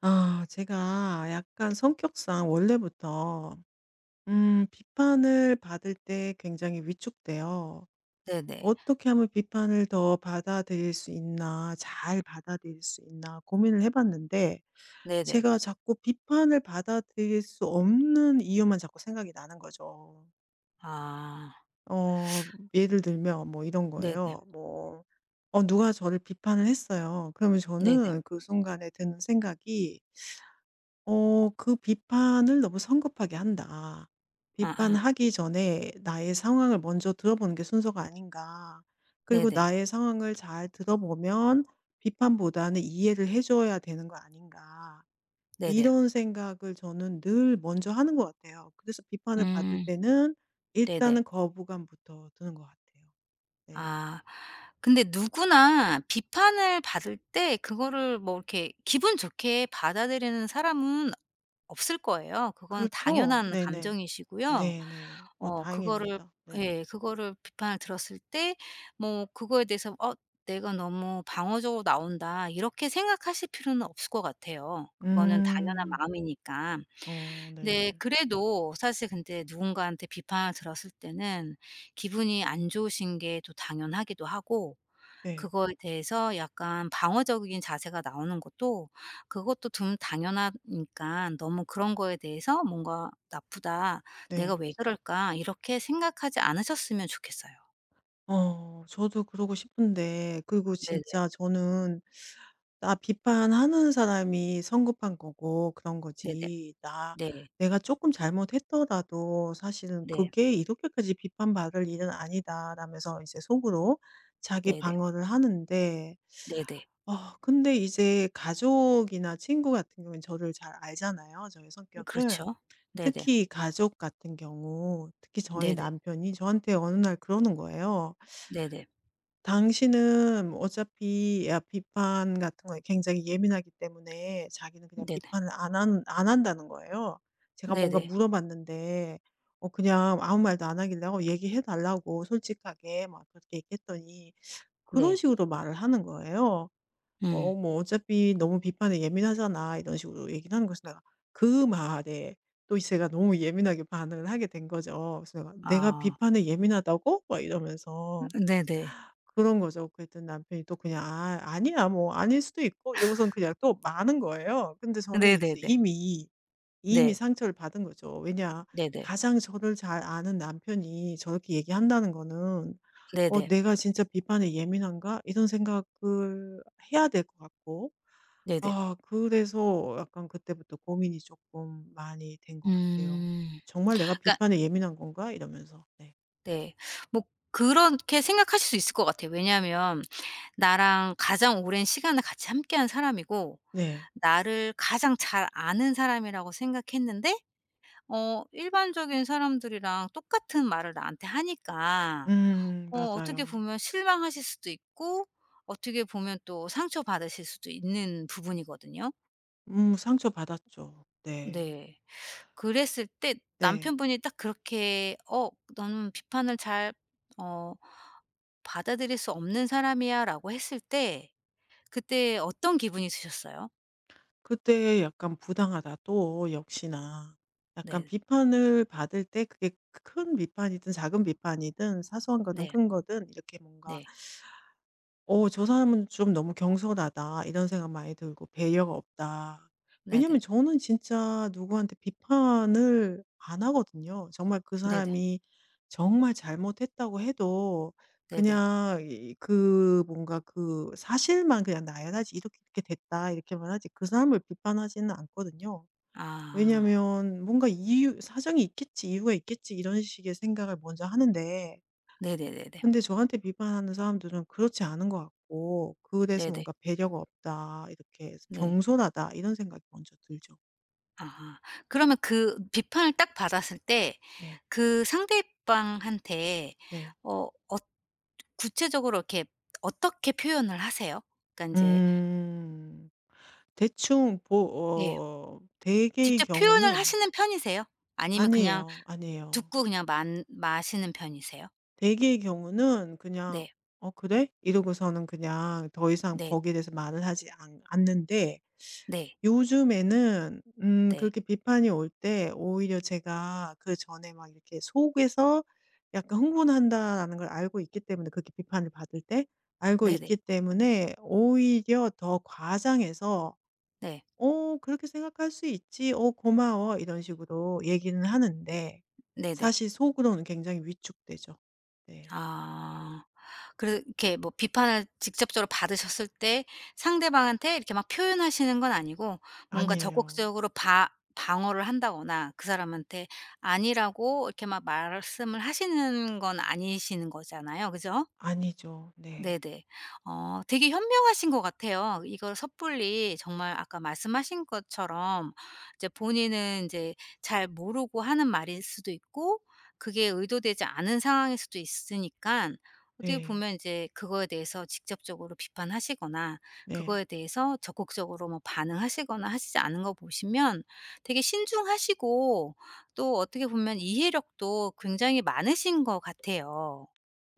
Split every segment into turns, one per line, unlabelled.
아 제가 약간 성격상 원래부터 비판을 받을 때 굉장히 위축돼요.
네네.
'어떻게 하면 비판을 더 받아들일 수 있나. 잘 받아들일 수 있나.' 고민을 해 봤는데
네네.
제가 자꾸 비판을 받아들일 수 없는 이유만 자꾸 생각이 나는 거죠.
아.
어 예를 들면 뭐 이런
네네.
거예요. 누가 저를 비판을 했어요. 그러면
네네.
저는 그 순간에 드는 생각이 그 '비판을 너무 성급하게 한다.
아아.
비판하기 전에 나의 상황을 먼저 들어보는 게 순서가 아닌가. 그리고
네네.
나의 상황을 잘 들어보면 비판보다는 이해를 해 줘야 되는 거 아닌가.'
네네.
이런 생각을 저는 늘 먼저 하는 것 같아요. 그래서 비판을 받을
음.
때는
네네.
일단은 거부감부터 드는 것 같아요. 네.
아. 근데 누구나 비판을 받을 때 그거를 뭐 이렇게 기분 좋게 받아들이는 사람은 없을 거예요. 그건
그렇죠?
당연한
네네.
감정이시고요.
네네. 어
그거를
다행입니다. 네.
예 그거를 비판을 들었을 때 뭐 그거에 대해서 내가 너무 방어적으로 나온다.' 이렇게 생각하실 필요는 없을 것 같아요. 그거는 당연한
음.
마음이니까.
어
근데
네.
그래도 사실 근데 누군가한테 비판을 들었을 때는 기분이 안 좋으신 게 또 당연하기도 하고
네.
그거에 대해서 약간 방어적인 자세가 나오는 것도 그것도 좀 당연하니까 너무 그런 거에 대해서 뭔가 '나쁘다. 내가
네.
왜 그럴까?' 이렇게 생각하지 않으셨으면 좋겠어요.
어 저도 그러고 싶은데 그리고
네네.
진짜 저는 나 비판하는 사람이 성급한 거고 그런
네네.
거지 나
네.
내가 조금 잘못했더라도 사실은
네.
'그게 이렇게까지 비판받을 일은 아니다.'라면서 이제 속으로 자기
네네.
방어를 하는데
네네.
근데 이제 가족이나 친구 같은 경우는 저를 잘 알잖아요, 저의 성격을.
그렇죠. 네네.
특히 가족 같은 경우 특히 저희
네네.
남편이 저한테 어느 날 그러는 거예요.
네네.
당신은 어차피 야 비판 같은 거에 굉장히 예민하기 때문에 자기는 그냥
네네.
비판을 안 한다는 거예요. 제가 뭔가
네네.
물어봤는데 어 그냥 아무 말도 안 하길래 "어 얘기해 달라고 솔직하게." 막 그렇게 얘기했더니 그런
네.
식으로 말을 하는 거예요.
음.
"어 뭐 어차피 너무 비판에 예민하잖아." 이런 식으로 얘기를 하는 거에 내가 그 말에 또 제가 너무 예민하게 반응을 하게 된 거죠. 그래서 내가 "내가
아.
비판에 예민하다고?" 막 이러면서
네네.
그런 거죠. 그랬더니 남편이 또 그냥 "아 아니야. 뭐 아닐 수도 있고." 이러고선 그냥 또 마는 거예요. 근데 저는
네네네.
이미
네.
상처를 받은 거죠. 왜냐
네네.
가장 저를 잘 아는 남편이 저렇게 얘기한다는 거는 '어
네네.
내가 진짜 비판에 예민한가?' 이런 생각을 해야 될 것 같고
네네.
아 그래서 약간 그때부터 고민이 조금 많이 된 것 같아요.
음.
'정말 내가
그러니까
비판에 예민한 건가?' 이러면서. 네.
네. 뭐 그렇게 생각하실 수 있을 것 같아요. 왜냐하면 나랑 가장 오랜 시간을 같이 함께한 사람이고
네.
나를 가장 잘 아는 사람이라고 생각했는데 일반적인 사람들이랑 똑같은 말을 나한테 하니까 어떻게
맞아요.
보면 실망하실 수도 있고 어떻게 보면 또 상처받으실 수도 있는 부분이거든요.
상처받았죠. 네.
네. 그랬을 때
네.
남편분이 딱 그렇게 "어 너는 비판을 잘어 받아들일 수 없는 사람이야라고 했을 때 그때 어떤 기분이 드셨어요?
그때 약간 '부당하다.' 또 역시나 약간
네.
비판을 받을 때 그게 큰 비판이든 작은 비판이든 사소한 거든
네.
큰 거든 이렇게 뭔가
네.
'어 저 사람은 좀 너무 경솔하다.' 이런 생각 많이 들고 '배려가 없다.'
네네.
왜냐면 저는 진짜 누구한테 비판을 안 하거든요. 정말 그
네네.
사람이 정말 잘못했다고 해도
네네.
그냥 이 그 뭔가 그 사실만 그냥 나열하지 '이렇게 이렇게 됐다.' 이렇게만 하지 그 사람을 비판하지는 않거든요.
아.
왜냐면 뭔가 이유 '사정이 있겠지. 이유가 있겠지.' 이런 식의 생각을 먼저 하는데
네네네네.
근데 저한테 비판하는 사람들은 그렇지 않은 것 같고 그래서
네네.
뭔가 '배려가 없다.' 이렇게 해서
네.
'경솔하다.' 이런 생각이 먼저 들죠.
아. 그러면 그 비판을 딱 받았을 때
네.
그 상대방한테
네.
어 어 구체적으로 이렇게 어떻게 표현을 하세요? 그러니까 인제
음. 대충 보
예.
어 대개의
직접 표현을
경우는
하시는 편이세요? 아니면 그냥
아니에요, 아니에요.
듣고 그냥 만 마시는 편이세요?
대개의 경우는 그냥
네.
'어 그래?' 이러고서는 그냥 더 이상
네.
거기에 대해서 말을 하지 않 않는데
네.
요즘에는
네.
그렇게 비판이 올 때 오히려 제가 그전에 막 이렇게 속에서 약간 '흥분한다.'라는 걸 알고 있기 때문에 그렇게 비판을 받을 때 알고
네네.
있기 때문에 오히려 더 과장해서
네.
"어 그렇게 생각할 수 있지. 어 고마워." 이런 식으로 얘기는 하는데
네네.
사실 속으로는 굉장히 위축되죠. 네.
아. 그렇게 뭐 비판을 직접적으로 받으셨을 때 상대방한테 이렇게 막 표현하시는 건 아니고 뭔가
아니에요.
적극적으로 바 방어를 한다거나 그 사람한테 아니라고 이렇게 막 말씀을 하시는 건 아니시는 거잖아요. 그죠?
아니죠. 네.
네네. 어 되게 현명하신 것 같아요. 이걸 섣불리 정말 아까 말씀하신 것처럼 이제 본인은 이제 잘 모르고 하는 말일 수도 있고 그게 의도되지 않은 상황일 수도 있으니까 어떻게
네.
보면 이제 그거에 대해서 직접적으로 비판하시거나
네.
그거에 대해서 적극적으로 뭐 반응하시거나 하시지 않은 거 보시면 되게 신중하시고 또 어떻게 보면 이해력도 굉장히 많으신 것 같아요.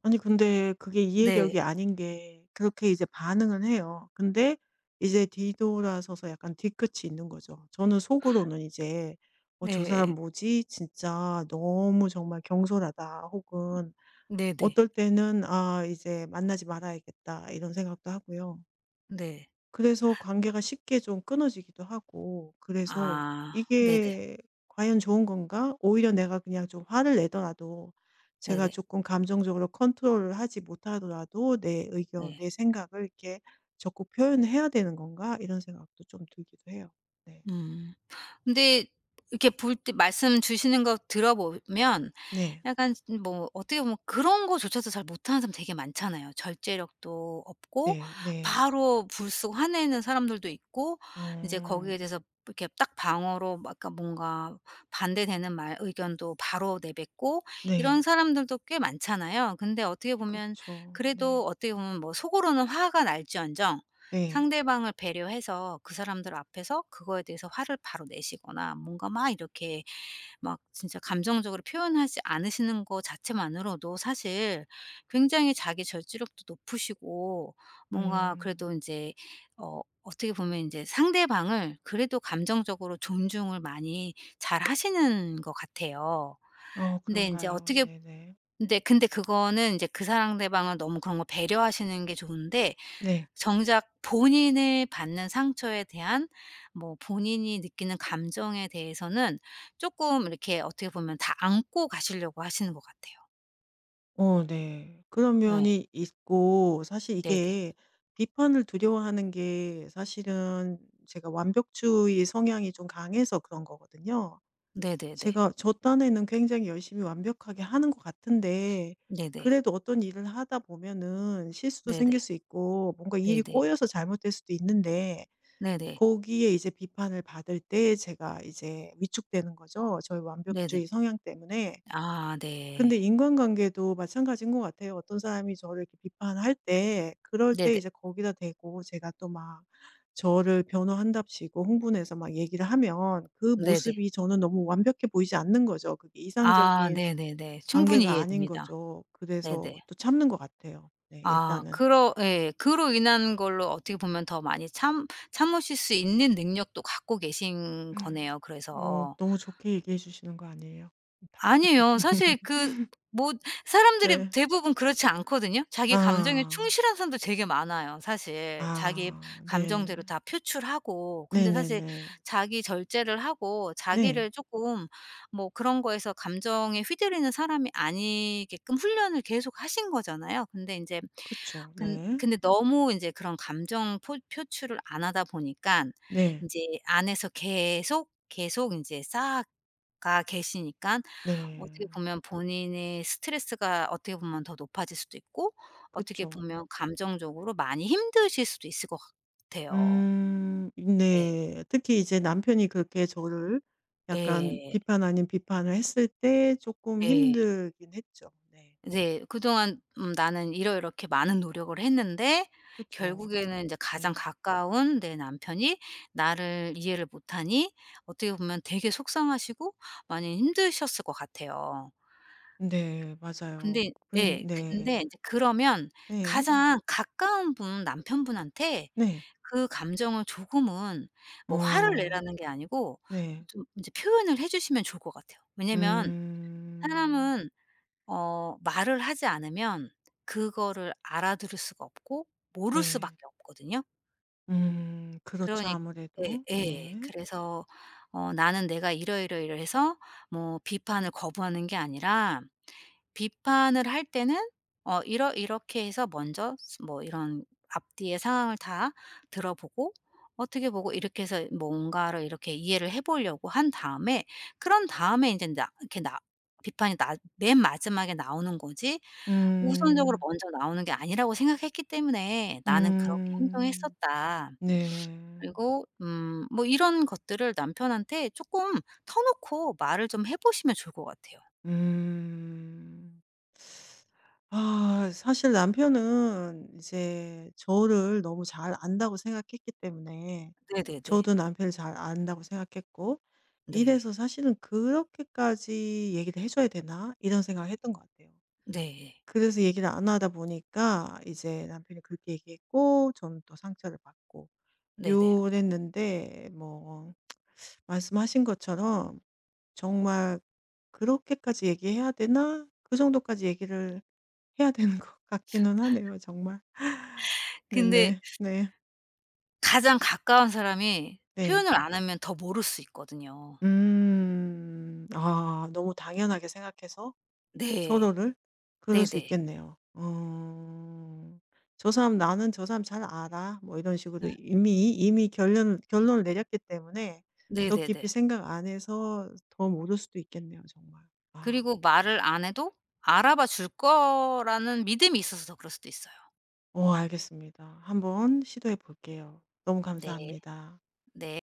아니 근데 그게
네.
이해력이 아닌 게 그렇게 이제 반응은 해요. 근데 이제 뒤돌아서서 약간 뒤끝이 있는 거죠. 저는 속으로는 이제 '어 저
네
사람 뭐지? 진짜 너무 정말 경솔하다.' 혹은
네네.
어떨 때는 '아 이제 만나지 말아야겠다.' 이런 생각도 하고요.
네.
그래서 관계가 쉽게 좀 끊어지기도 하고 그래서
아 네네.
이게 과연 좋은 건가? 오히려 내가 그냥 좀 화를 내더라도 제가
네네.
조금 감정적으로 컨트롤을 하지 못하더라도 '내 의견,
네.
내 생각을 이렇게 적극 표현해야 되는 건가?' 이런 생각도 좀 들기도 해요. 네.
음. 근데 이렇게 볼 때 말씀 주시는 거 들어보면
네.
약간 뭐 어떻게 보면 그런 거조차도 잘 못하는 사람 되게 많잖아요. 절제력도 없고
네. 네.
바로 불쑥 화내는 사람들도 있고 이제
어.
거기에 대해서 이렇게 딱 방어로 막 약간 뭔가 반대되는 말 의견도 바로 내뱉고 이런
네.
사람들도 꽤 많잖아요. 근데 어떻게 보면
그쵸.
그래도
네.
어떻게 보면 뭐 속으로는 화가 날지언정
네.
상대방을 배려해서 그 사람들 앞에서 그거에 대해서 화를 바로 내시거나 뭔가 막 이렇게 막 진짜 감정적으로 표현하지 않으시는 거 자체만으로도 사실 굉장히 자기 절제력도 높으시고 뭔가 그래도
음.
인제 어떻게 보면 인제 상대방을 그래도 감정적으로 존중을 많이 잘하시는 것 같아요.
어
근데 인제
그런가요?
어떻게
네네.
근데 그거는 인제 그 상대방을 너무 그런 걸 배려하시는 게 좋은데
네.
정작 본인을 받는 상처에 대한 뭐 본인이 느끼는 감정에 대해서는 쪼끔 이렇게 어떻게 보면 다 안고 가시려고 하시는 것 같아요.
어 네. 그런
예.
면이 있고 사실
네네.
이게 비판을 두려워하는 게 사실은 제가 완벽주의 성향이 좀 강해서 그런 거거든요.
네네네.
제가 저 딴에는 굉장히 열심히 완벽하게 하는 것 같은데
네네.
그래도 어떤 일을 하다 보면은 실수도 생길
네네.
수 있고 뭔가 일이
네네.
꼬여서 잘못될 수도 있는데
네네.
거기에 이제 비판을 받을 때 제가 이제 위축되는 거죠, 저의
네네.
완벽주의 성향 때문에.
아
근데
네.
인간관계도 마찬가지인 것 같아요. 어떤 사람이 저를 이렇게 비판할 때 그럴 때
네네.
이제 거기다 대고 제가 또 막 저를 변호한답시고 흥분해서 막 얘기를 하면 그
네네.
모습이 저는 너무 완벽해 보이지 않는 거죠. 그게
아
이상적인
네네네. 충분히
관계가 아닌
이해됩니다.
거죠.
네네.
그래서 또 참는 것 같아요. 네
아
일단은.
그러 예. 그로 인한 걸로 어떻게 보면 더 많이 참 참으실 수 있는 능력도 갖고 계신 거네요
어
그래서.
너무 좋게 얘기해 주시는 거 아니에요? 다.
아니에요. 사실 그 뭐 사람들이
네.
대부분 그렇지 않거든요. 자기 감정에
아.
충실한 사람도 되게 많아요 사실. 자기
아 네.
감정대로 다 표출하고. 근데 사실
네네네.
자기 절제를 하고
네.
자기를 쪼끔 뭐 그런 거에서 감정에 휘둘리는 사람이 아니게끔 훈련을 계속 하신 거잖아요. 근데 인제
그쵸.
근
네.
근데 너무 인제 그런 감정 포 표출을 안 하다 보니깐
네.
인제 안에서 계속 인제 쌓아가 계시니깐
네.
어떻게 보면 본인의 스트레스가 어떻게 보면 더 높아질 수도 있고 어떻게
그쵸.
보면 감정적으로 많이 힘드실 수도 있을 것 같아요.
음.
네.
네. 특히 이제 남편이 그렇게 저를 약간
예.
비판 아닌 비판을 했을 때 조금
예.
힘들긴 했죠. 네.
네. 그동안 '나는 이러이렇게 많은 노력을 했는데
그쵸.
결국에는 인제 가장
네.
가까운 내 남편이 나를 이해를 못하니' 어떻게 보면 되게 속상하시고 많이 힘드셨을 것 같아요.
네. 맞아요.
근데 예
근
근데
네.
인제 그러면
네.
가장 가까운 분 남편분한테
네.
그 감정을 조금은 뭐 화를
어.
내라는 게 아니고
네.
좀 이제 표현을 해 주시면 좋을 것 같아요. 왜냐면
음.
사람은 말을 하지 않으면 그거를 알아들을 수가 없고 모를
네.
수밖에 없거든요.
음. 그렇죠
그러니 예
아무래도.
예.
네.
그래서 어 "나는 내가 이러이러이러해서 뭐 비판을 거부하는 게 아니라" 비판을 할 때는 어 이러 이렇게 해서 먼저 스 뭐 이런 앞뒤의 상황을 다 들어보고 어떻게 보고 이렇게 해서 뭔가를 이렇게 이해를 해 보려고 한 다음에 그런 다음에 이제 나 이렇게 나 비판이 나 맨 마지막에 나오는 거지 우선적으로
음.
먼저 나오는 게 아니라고 생각했기 때문에 '나는 그렇게
음.
행동했었다.'
네.
그리고 뭐 이런 것들을 남편한테 조금 터놓고 말을 좀 해 보시면 좋을 것 같아요.
음. 아 사실 남편은 이제 저를 너무 잘 안다고 생각했기 때문에
네네네.
저도 남편을 잘 안다고 생각했고
네.
이래서 사실은 '그렇게까지 얘기를 해 줘야 되나?' 이런 생각을 했던 것 같아요.
네.
그래서 얘기를 안 하다 보니까 이제 남편이 그렇게 얘기했고 저는 또 상처를 받고
네네.
요랬는데 뭐 말씀하신 것처럼 정말 '그렇게까지 얘기해야 되나?' 그 정도까지 얘기를 해야 되는 것 같기는 하네요 정말.
근데
네네. 네.
가장 가까운 사람이
네.
표현을 안 네. 하면 더 모를 수 있거든요.
음. 아 너무 당연하게 생각해서
네.
서로를 그럴 수
네네.
있겠네요. 어. '저 사람 나는 저 사람 잘 알아.' 뭐 이런 식으로
음
이미 결론을 내렸기 때문에 더
네네네.
깊이 생각 안 해서 더 모를 수도 있겠네요 정말. 아.
그리고 말을 안 해도 알아봐 줄 거라는 믿음이 있어서 더 그럴 수도 있어요.
오 알겠습니다. 한번 시도해 볼게요. 너무
네.
감사합니다.
네.